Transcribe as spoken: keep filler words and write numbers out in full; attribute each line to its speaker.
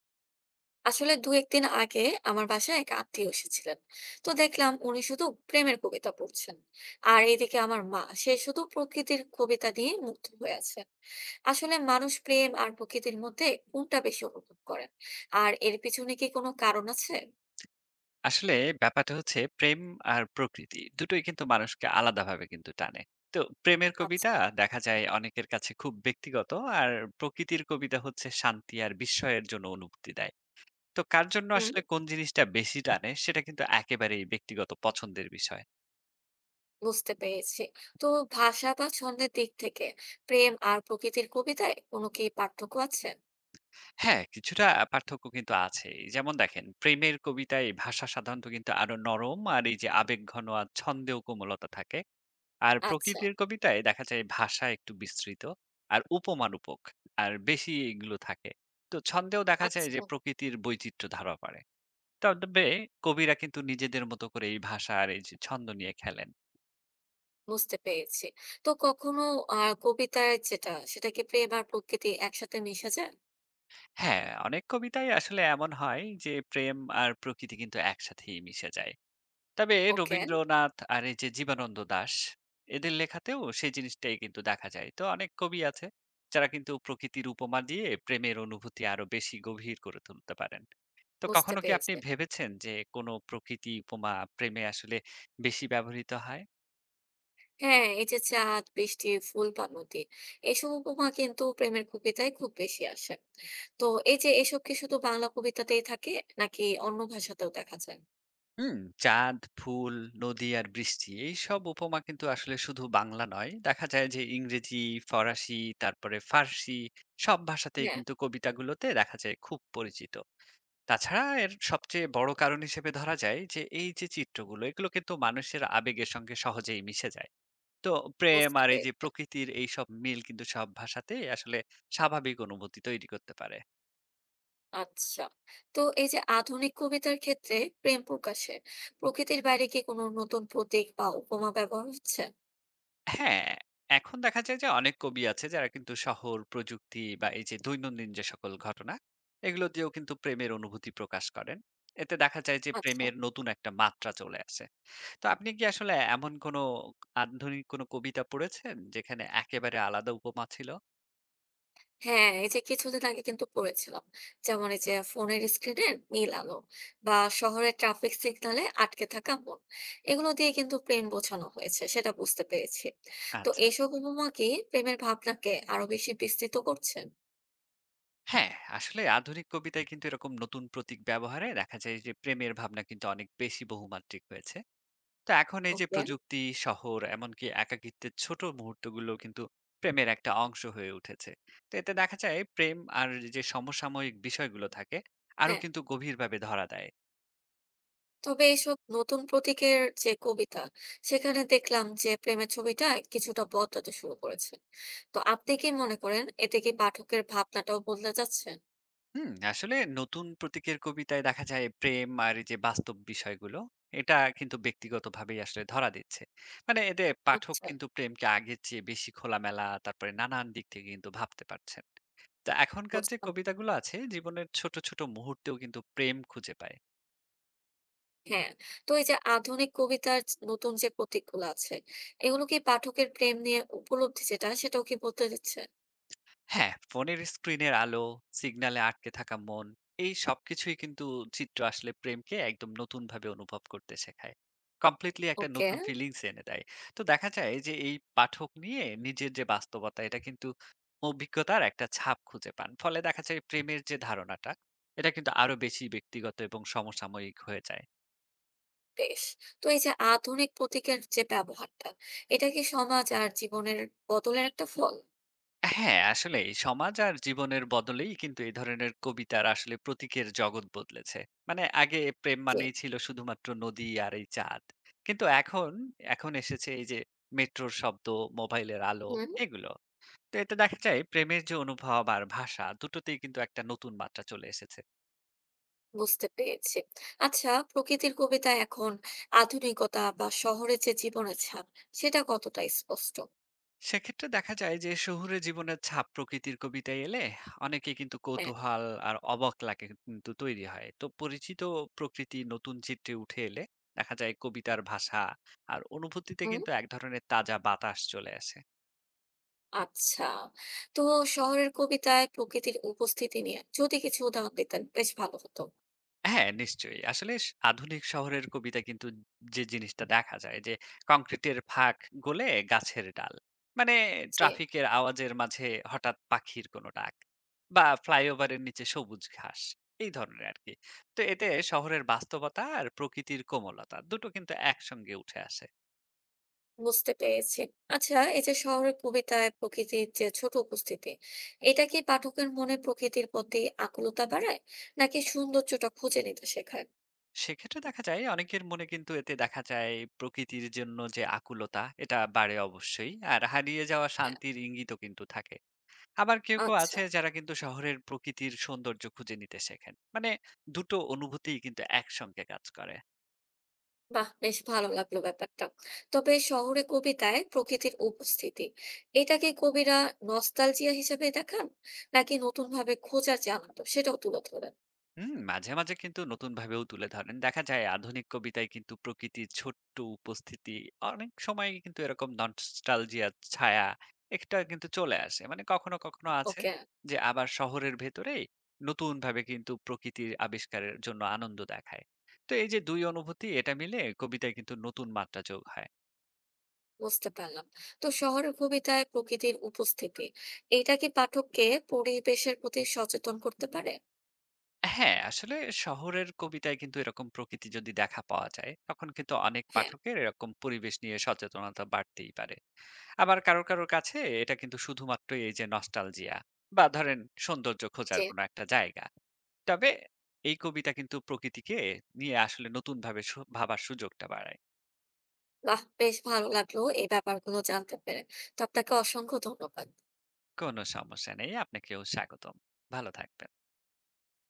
Speaker 1: আসলে দু একদিন আগে আমার বাসায় এক আত্মীয় এসেছিলেন। তো দেখলাম উনি শুধু প্রেমের কবিতা পড়ছেন, আর এদিকে আমার মা সে শুধু প্রকৃতির কবিতা দিয়ে মুগ্ধ হয়ে আছে। আসলে মানুষ প্রেম আর প্রকৃতির মধ্যে কোনটা বেশি অনুভব করেন, আর এর পিছনে কি কোনো কারণ আছে?
Speaker 2: আসলে ব্যাপারটা হচ্ছে প্রেম আর প্রকৃতি দুটোই কিন্তু মানুষকে আলাদাভাবে কিন্তু টানে। তো প্রেমের কবিতা
Speaker 1: আচ্ছা।
Speaker 2: দেখা যায় অনেকের কাছে খুব ব্যক্তিগত, আর প্রকৃতির কবিতা হচ্ছে শান্তি আর বিস্ময়ের জন্য অনুভূতি দেয়। তো কার জন্য
Speaker 1: হুম,
Speaker 2: আসলে কোন জিনিসটা বেশি টানে সেটা কিন্তু একেবারেই ব্যক্তিগত পছন্দের বিষয়।
Speaker 1: বুঝতে পেরেছি। তো ভাষা বা ছন্দের দিক থেকে প্রেম আর প্রকৃতির কবিতায় কোনো কি পার্থক্য আছে?
Speaker 2: হ্যাঁ, কিছুটা পার্থক্য কিন্তু আছে। যেমন দেখেন, প্রেমের কবিতায় ভাষা সাধারণত কিন্তু আরো নরম আর এই যে আবেগঘন, আর ছন্দেও কোমলতা থাকে। আর
Speaker 1: আচ্ছা।
Speaker 2: প্রকৃতির কবিতায় দেখা যায় ভাষা একটু বিস্তৃত আর উপমারূপক আর বেশি এগুলো থাকে। তো ছন্দেও দেখা
Speaker 1: আচ্ছা,
Speaker 2: যায় যে প্রকৃতির বৈচিত্র্য ধরা পড়ে। তবে কবিরা কিন্তু নিজেদের মতো করে এই ভাষা আর এই যে ছন্দ নিয়ে খেলেন।
Speaker 1: বুঝতে পেরেছি। তো কখনো আ কবিতায় যেটা, সেটা কি প্রেম আর প্রকৃতি একসাথে মিশে যায়?
Speaker 2: হ্যাঁ, অনেক কবিতায় আসলে এমন হয় যে প্রেম আর প্রকৃতি কিন্তু একসাথেই মিশে যায়। তবে
Speaker 1: ওকে,
Speaker 2: রবীন্দ্রনাথ আর এই যে জীবনানন্দ দাশ, এদের লেখাতেও সেই জিনিসটাই কিন্তু দেখা যায়। তো অনেক কবি আছে যারা কিন্তু প্রকৃতির উপমা দিয়ে প্রেমের অনুভূতি আরো বেশি গভীর করে তুলতে পারেন। তো
Speaker 1: বুঝতে
Speaker 2: কখনো কি আপনি
Speaker 1: পেরেছি।
Speaker 2: ভেবেছেন যে কোনো প্রকৃতি উপমা প্রেমে আসলে বেশি ব্যবহৃত হয়?
Speaker 1: হ্যাঁ, এই যে চাঁদ, বৃষ্টি, ফুল বা নদী, এসব উপমা কিন্তু প্রেমের কবিতায় খুব বেশি আসে। তো এই যে এসব কি শুধু বাংলা কবিতাতেই থাকে, নাকি অন্য ভাষাতেও দেখা যায়?
Speaker 2: হুম, চাঁদ, ফুল, নদী আর বৃষ্টি এইসব উপমা কিন্তু আসলে শুধু বাংলা নয়, দেখা যায় যে ইংরেজি, ফরাসি, তারপরে ফার্সি, সব ভাষাতেই
Speaker 1: হ্যাঁ,
Speaker 2: কিন্তু কবিতাগুলোতে দেখা যায় খুব পরিচিত। তাছাড়া এর সবচেয়ে বড় কারণ হিসেবে ধরা যায় যে এই যে চিত্রগুলো, এগুলো কিন্তু মানুষের আবেগের সঙ্গে সহজেই মিশে যায়। তো প্রেম
Speaker 1: বুঝতে
Speaker 2: আর এই যে
Speaker 1: পেরেছি।
Speaker 2: প্রকৃতির এই সব মিল কিন্তু সব ভাষাতে আসলে স্বাভাবিক অনুভূতি তৈরি করতে পারে।
Speaker 1: আচ্ছা। তো এই যে আধুনিক কবিতার ক্ষেত্রে প্রেম প্রকাশে প্রকৃতির বাইরে কি কোনো নতুন প্রতীক বা উপমা ব্যবহার হচ্ছে?
Speaker 2: হ্যাঁ, এখন দেখা যায় যে অনেক কবি আছে যারা কিন্তু শহর, প্রযুক্তি বা এই যে দৈনন্দিন যে সকল ঘটনা, এগুলো দিয়েও কিন্তু প্রেমের অনুভূতি প্রকাশ করেন। এতে দেখা যায় যে
Speaker 1: আচ্ছা।
Speaker 2: প্রেমের নতুন একটা মাত্রা চলে আসে। তো আপনি কি আসলে এমন কোনো আধুনিক কোনো কবিতা পড়েছেন যেখানে একেবারে আলাদা উপমা ছিল?
Speaker 1: হ্যাঁ, এই যে কিছুদিন আগে কিন্তু পড়েছিলাম। যেমন এই যে ফোনের স্ক্রিনের নীল আলো বা শহরের ট্রাফিক সিগনালে আটকে থাকা মন। এগুলো দিয়ে কিন্তু প্রেম বোঝানো হয়েছে, সেটা বুঝতে পেরেছি। তো
Speaker 2: আচ্ছা।
Speaker 1: এইসব উপমা কি প্রেমের ভাবনাকে আরো বেশি বিস্তৃত করছে?
Speaker 2: হ্যাঁ, আসলে আধুনিক কবিতায় কিন্তু এরকম নতুন প্রতীক ব্যবহারে দেখা যায় যে প্রেমের ভাবনা কিন্তু অনেক বেশি বহুমাত্রিক হয়েছে। তো এখন এই যে
Speaker 1: ওকে,
Speaker 2: প্রযুক্তি, শহর, এমনকি একাকিত্বের ছোট মুহূর্তগুলো কিন্তু প্রেমের একটা অংশ হয়ে উঠেছে। তো এতে দেখা যায় প্রেম আর যে সমসাময়িক বিষয়গুলো থাকে, আরো
Speaker 1: হ্যাঁ।
Speaker 2: কিন্তু গভীরভাবে ধরা দেয়।
Speaker 1: তবে এইসব নতুন প্রতীকের যে কবিতা, সেখানে দেখলাম যে প্রেমের ছবিটা কিছুটা বদলাতে শুরু করেছে। তো আপনি কি মনে করেন এতে কি পাঠকের ভাবনাটাও বদলে যাচ্ছে?
Speaker 2: হুম, আসলে নতুন প্রতীকের কবিতায় দেখা যায় প্রেম আর এই যে বাস্তব বিষয়গুলো, এটা কিন্তু ব্যক্তিগতভাবেই আসলে ধরা দিচ্ছে। মানে এতে পাঠক
Speaker 1: আচ্ছা,
Speaker 2: কিন্তু প্রেমকে আগের চেয়ে বেশি খোলামেলা, তারপরে নানান দিক থেকে কিন্তু ভাবতে পারছেন। তা এখনকার যে
Speaker 1: বুঝলাম।
Speaker 2: কবিতাগুলো আছে জীবনের ছোট ছোট মুহূর্তেও কিন্তু প্রেম খুঁজে পায়।
Speaker 1: হ্যাঁ, তো এই যে আধুনিক কবিতার চ নতুন যে প্রতীকগুলো আছে, এগুলো কি পাঠকের প্রেম নিয়ে উপলব্ধি যেটা সেটাও কি বদলে দিচ্ছে?
Speaker 2: হ্যাঁ, ফোনের স্ক্রিনের আলো, সিগন্যালে আটকে থাকা মন, এই সবকিছুই কিন্তু চিত্র আসলে প্রেমকে একদম নতুনভাবে অনুভব করতে শেখায়। কমপ্লিটলি একটা
Speaker 1: ওকে,
Speaker 2: নতুন ফিলিংস এনে দেয়। তো দেখা যায় যে এই পাঠক নিয়ে নিজের যে বাস্তবতা, এটা কিন্তু অভিজ্ঞতার একটা ছাপ খুঁজে পান। ফলে দেখা যায় প্রেমের যে ধারণাটা, এটা কিন্তু আরো বেশি ব্যক্তিগত এবং সমসাময়িক হয়ে যায়।
Speaker 1: বেশ। তো এই যে আধুনিক প্রতীকের যে ব্যবহারটা, এটা কি সমাজ আর জীবনের বদলের একটা ফল?
Speaker 2: হ্যাঁ, আসলেই সমাজ আর জীবনের বদলেই কিন্তু এই ধরনের কবিতার আসলে প্রতীকের জগৎ বদলেছে। মানে আগে প্রেম
Speaker 1: জি।
Speaker 2: মানেই ছিল শুধুমাত্র নদী আর এই চাঁদ। কিন্তু এখন, এখন এসেছে এই যে মেট্রোর শব্দ, মোবাইলের আলো,
Speaker 1: হুম,
Speaker 2: এগুলো। তো এতে দেখা যায় প্রেমের যে অনুভব আর ভাষা দুটোতেই কিন্তু একটা নতুন মাত্রা চলে এসেছে।
Speaker 1: বুঝতে পেরেছি। আচ্ছা, প্রকৃতির কবিতা এখন আধুনিকতা বা শহরের যে জীবনের ছাপ, সেটা কতটা স্পষ্ট?
Speaker 2: সেক্ষেত্রে দেখা যায় যে শহুরে জীবনের ছাপ প্রকৃতির কবিতায় এলে অনেকে কিন্তু
Speaker 1: হ্যাঁ।
Speaker 2: কৌতূহল আর অবাক লাগে কিন্তু তৈরি হয়। তো পরিচিত প্রকৃতি নতুন চিত্রে উঠে এলে দেখা যায় কবিতার ভাষা আর অনুভূতিতে
Speaker 1: হুম।
Speaker 2: কিন্তু এক ধরনের তাজা বাতাস চলে আসে।
Speaker 1: আচ্ছা। তো শহরের কবিতায় প্রকৃতির উপস্থিতি নিয়ে যদি কিছু উদাহরণ দিতেন বেশ ভালো হতো।
Speaker 2: হ্যাঁ, নিশ্চয়ই। আসলে স আধুনিক শহরের কবিতা কিন্তু, যে জিনিসটা দেখা যায় যে কংক্রিটের ফাঁক গলে গাছের ডাল। মানে
Speaker 1: যে
Speaker 2: ট্রাফিকের আওয়াজের মাঝে হঠাৎ পাখির কোনো ডাক, বা ফ্লাইওভারের নিচে সবুজ ঘাস। এই ধরনের আরকি। তো এতে শহরের বাস্তবতা আর প্রকৃতির কোমলতা দুটো কিন্তু একসঙ্গে উঠে আসে।
Speaker 1: বুঝতে পেরেছি। আচ্ছা, এই যে শহরের কবিতায় প্রকৃতির যে ছোট উপস্থিতি, এটা কি পাঠকের মনে প্রকৃতির প্রতি আকুলতা বাড়ায়? নাকি সৌন্দর্যটা খুঁজে নিতে শেখায়?
Speaker 2: সেক্ষেত্রে দেখা যায় অনেকের মনে কিন্তু, এতে দেখা যায় প্রকৃতির জন্য যে আকুলতা এটা বাড়ে অবশ্যই। আর হারিয়ে যাওয়া
Speaker 1: অ্যা
Speaker 2: শান্তির ইঙ্গিতও কিন্তু থাকে। আবার কেউ কেউ
Speaker 1: আচ্ছা।
Speaker 2: আছে যারা কিন্তু শহরের প্রকৃতির সৌন্দর্য খুঁজে নিতে শেখেন। মানে দুটো অনুভূতিই কিন্তু একসঙ্গে কাজ করে।
Speaker 1: বাহ! বেশ ভালো লাগলো ব্যাপারটা। তবে শহুরে কবিতায় প্রকৃতির উপস্থিতি, এটা কি কবিরা নস্টালজিয়া হিসেবে দেখান? নাকি নতুনভাবে খোঁজার যে আনন্দ সেটাও তুলে ধরেন?
Speaker 2: হুম, মাঝে মাঝে কিন্তু নতুন ভাবেও তুলে ধরেন। দেখা যায় আধুনিক কবিতায় কিন্তু প্রকৃতির ছোট্ট উপস্থিতি অনেক সময় কিন্তু এরকম নস্টালজিয়ার ছায়া একটা কিন্তু চলে আসে। মানে কখনো কখনো আছে
Speaker 1: ওকে।
Speaker 2: যে আবার শহরের ভেতরেই নতুন ভাবে কিন্তু প্রকৃতির আবিষ্কারের জন্য আনন্দ দেখায়। তো এই যে দুই অনুভূতি, এটা মিলে কবিতায় কিন্তু নতুন মাত্রা যোগ হয়।
Speaker 1: বুঝতে পারলাম। তো শহরের কবিতায় প্রকৃতির উপস্থিতি এটা কি পাঠককে পরিবেশের প্রতি সচেতন করতে পারে?
Speaker 2: হ্যাঁ, আসলে শহরের কবিতায় কিন্তু এরকম প্রকৃতি যদি দেখা পাওয়া যায়, তখন কিন্তু অনেক
Speaker 1: হ্যাঁ।
Speaker 2: পাঠকের এরকম পরিবেশ নিয়ে সচেতনতা বাড়তেই পারে। আবার কারোর, কারোর কাছে এটা কিন্তু শুধুমাত্র এই যে নস্টালজিয়া বা ধরেন সৌন্দর্য খোঁজার
Speaker 1: যে
Speaker 2: কোনো একটা জায়গা। তবে এই কবিতা কিন্তু প্রকৃতিকে নিয়ে আসলে নতুনভাবে সু ভাবার সুযোগটা বাড়ায়।
Speaker 1: বাহ, বেশ ভালো লাগলো এই ব্যাপারগুলো জানতে পেরে। তো আপনাকে অসংখ্য ধন্যবাদ।
Speaker 2: কোনো সমস্যা নেই। আপনাকেও স্বাগতম। ভালো থাকবেন।